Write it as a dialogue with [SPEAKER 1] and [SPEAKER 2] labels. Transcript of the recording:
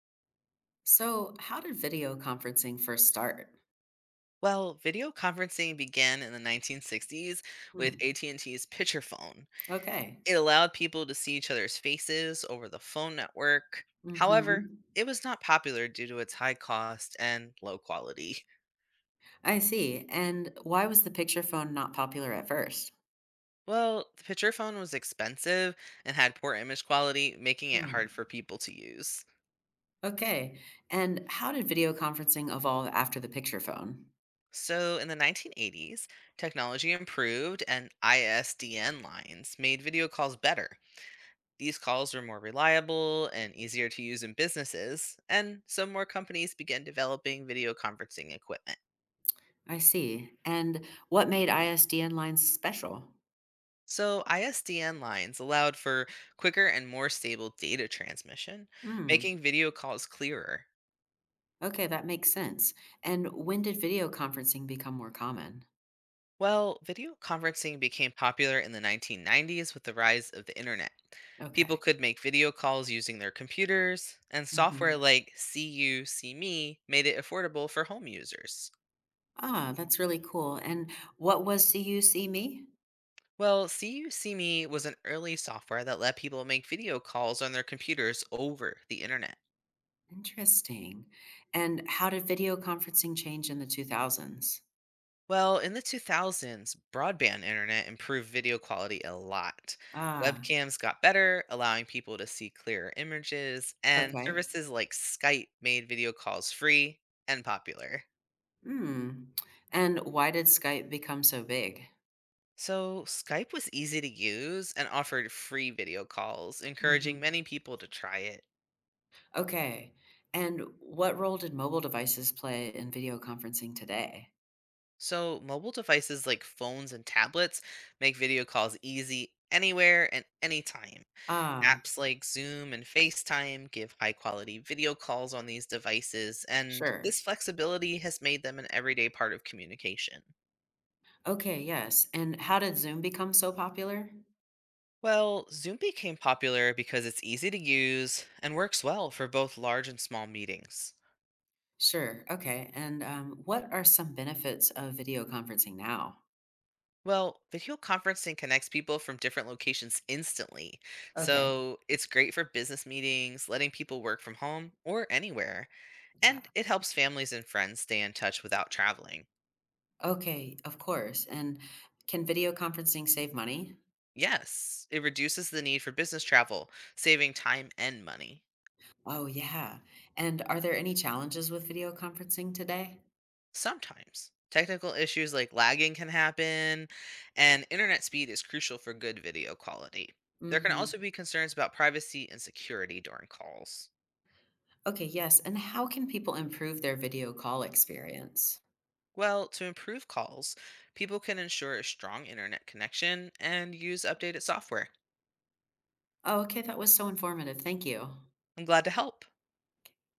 [SPEAKER 1] So, how did video conferencing first start?
[SPEAKER 2] Well, video conferencing began in the 1960s with
[SPEAKER 1] Hmm.
[SPEAKER 2] AT&T's picture phone.
[SPEAKER 1] Okay.
[SPEAKER 2] It allowed people to see each other's faces over the phone network. However,
[SPEAKER 1] Hmm.
[SPEAKER 2] it was not popular due to its high cost and low quality.
[SPEAKER 1] I see. And why was the picture phone not popular at first?
[SPEAKER 2] Well, the picture phone was expensive and had poor image quality, making it
[SPEAKER 1] Hmm.
[SPEAKER 2] hard for people to use.
[SPEAKER 1] Okay. And how did video conferencing evolve after the picture phone?
[SPEAKER 2] So, in the 1980s, technology improved and ISDN lines made video calls better. These calls were more reliable and easier to use in businesses, and so more companies began developing video conferencing equipment.
[SPEAKER 1] I see. And what made ISDN lines special?
[SPEAKER 2] So, ISDN lines allowed for quicker and more stable data transmission,
[SPEAKER 1] Hmm.
[SPEAKER 2] making video calls clearer.
[SPEAKER 1] Okay, that makes sense. And when did video conferencing become more common?
[SPEAKER 2] Well, video conferencing became popular in the 1990s with the rise of the internet. People
[SPEAKER 1] Okay.
[SPEAKER 2] could make video calls using their computers, and software
[SPEAKER 1] Hmm.
[SPEAKER 2] like See You, See Me made it affordable for home users.
[SPEAKER 1] Ah, that's really cool. And what was CUC me?
[SPEAKER 2] Well, See You See Me was an early software that let people make video calls on their computers over the internet.
[SPEAKER 1] Interesting. And how did video conferencing change in the 2000s?
[SPEAKER 2] Well, in the 2000s, broadband internet improved video quality a lot.
[SPEAKER 1] Ah,
[SPEAKER 2] Webcams got better, allowing people to see clearer images, and
[SPEAKER 1] okay.
[SPEAKER 2] services like Skype made video calls free and popular.
[SPEAKER 1] Hmm. And why did Skype become so big?
[SPEAKER 2] So, Skype was easy to use and offered free video calls,
[SPEAKER 1] Hmm.
[SPEAKER 2] encouraging many people to try it.
[SPEAKER 1] Okay. And what role did mobile devices play in video conferencing today?
[SPEAKER 2] So, mobile devices like phones and tablets make video calls easy anywhere and anytime.
[SPEAKER 1] Ah,
[SPEAKER 2] Apps like Zoom and FaceTime give high quality video calls on these devices, and this
[SPEAKER 1] sure.
[SPEAKER 2] flexibility has made them an everyday part of communication.
[SPEAKER 1] Okay, yes. And how did Zoom become so popular?
[SPEAKER 2] Well, Zoom became popular because it's easy to use and works well for both large and small meetings.
[SPEAKER 1] Sure. Okay. And what are some benefits of video conferencing now?
[SPEAKER 2] Well, video conferencing connects people from different locations instantly.
[SPEAKER 1] Okay.
[SPEAKER 2] So it's great for business meetings, letting people work from home or anywhere. And
[SPEAKER 1] Yeah.
[SPEAKER 2] it helps families and friends stay in touch without traveling.
[SPEAKER 1] Okay, of course. And can video conferencing save money?
[SPEAKER 2] Yes, it reduces the need for business travel, saving time and money.
[SPEAKER 1] Oh, yeah. And are there any challenges with video conferencing today?
[SPEAKER 2] Sometimes technical issues like lagging can happen, and internet speed is crucial for good video quality. There can
[SPEAKER 1] Mm-hmm.
[SPEAKER 2] also be concerns about privacy and security during calls.
[SPEAKER 1] Okay, yes. And how can people improve their video call experience?
[SPEAKER 2] Well, to improve calls, people can ensure a strong internet connection and use updated software.
[SPEAKER 1] Oh, okay. That was so informative. Thank you.
[SPEAKER 2] I'm glad to help.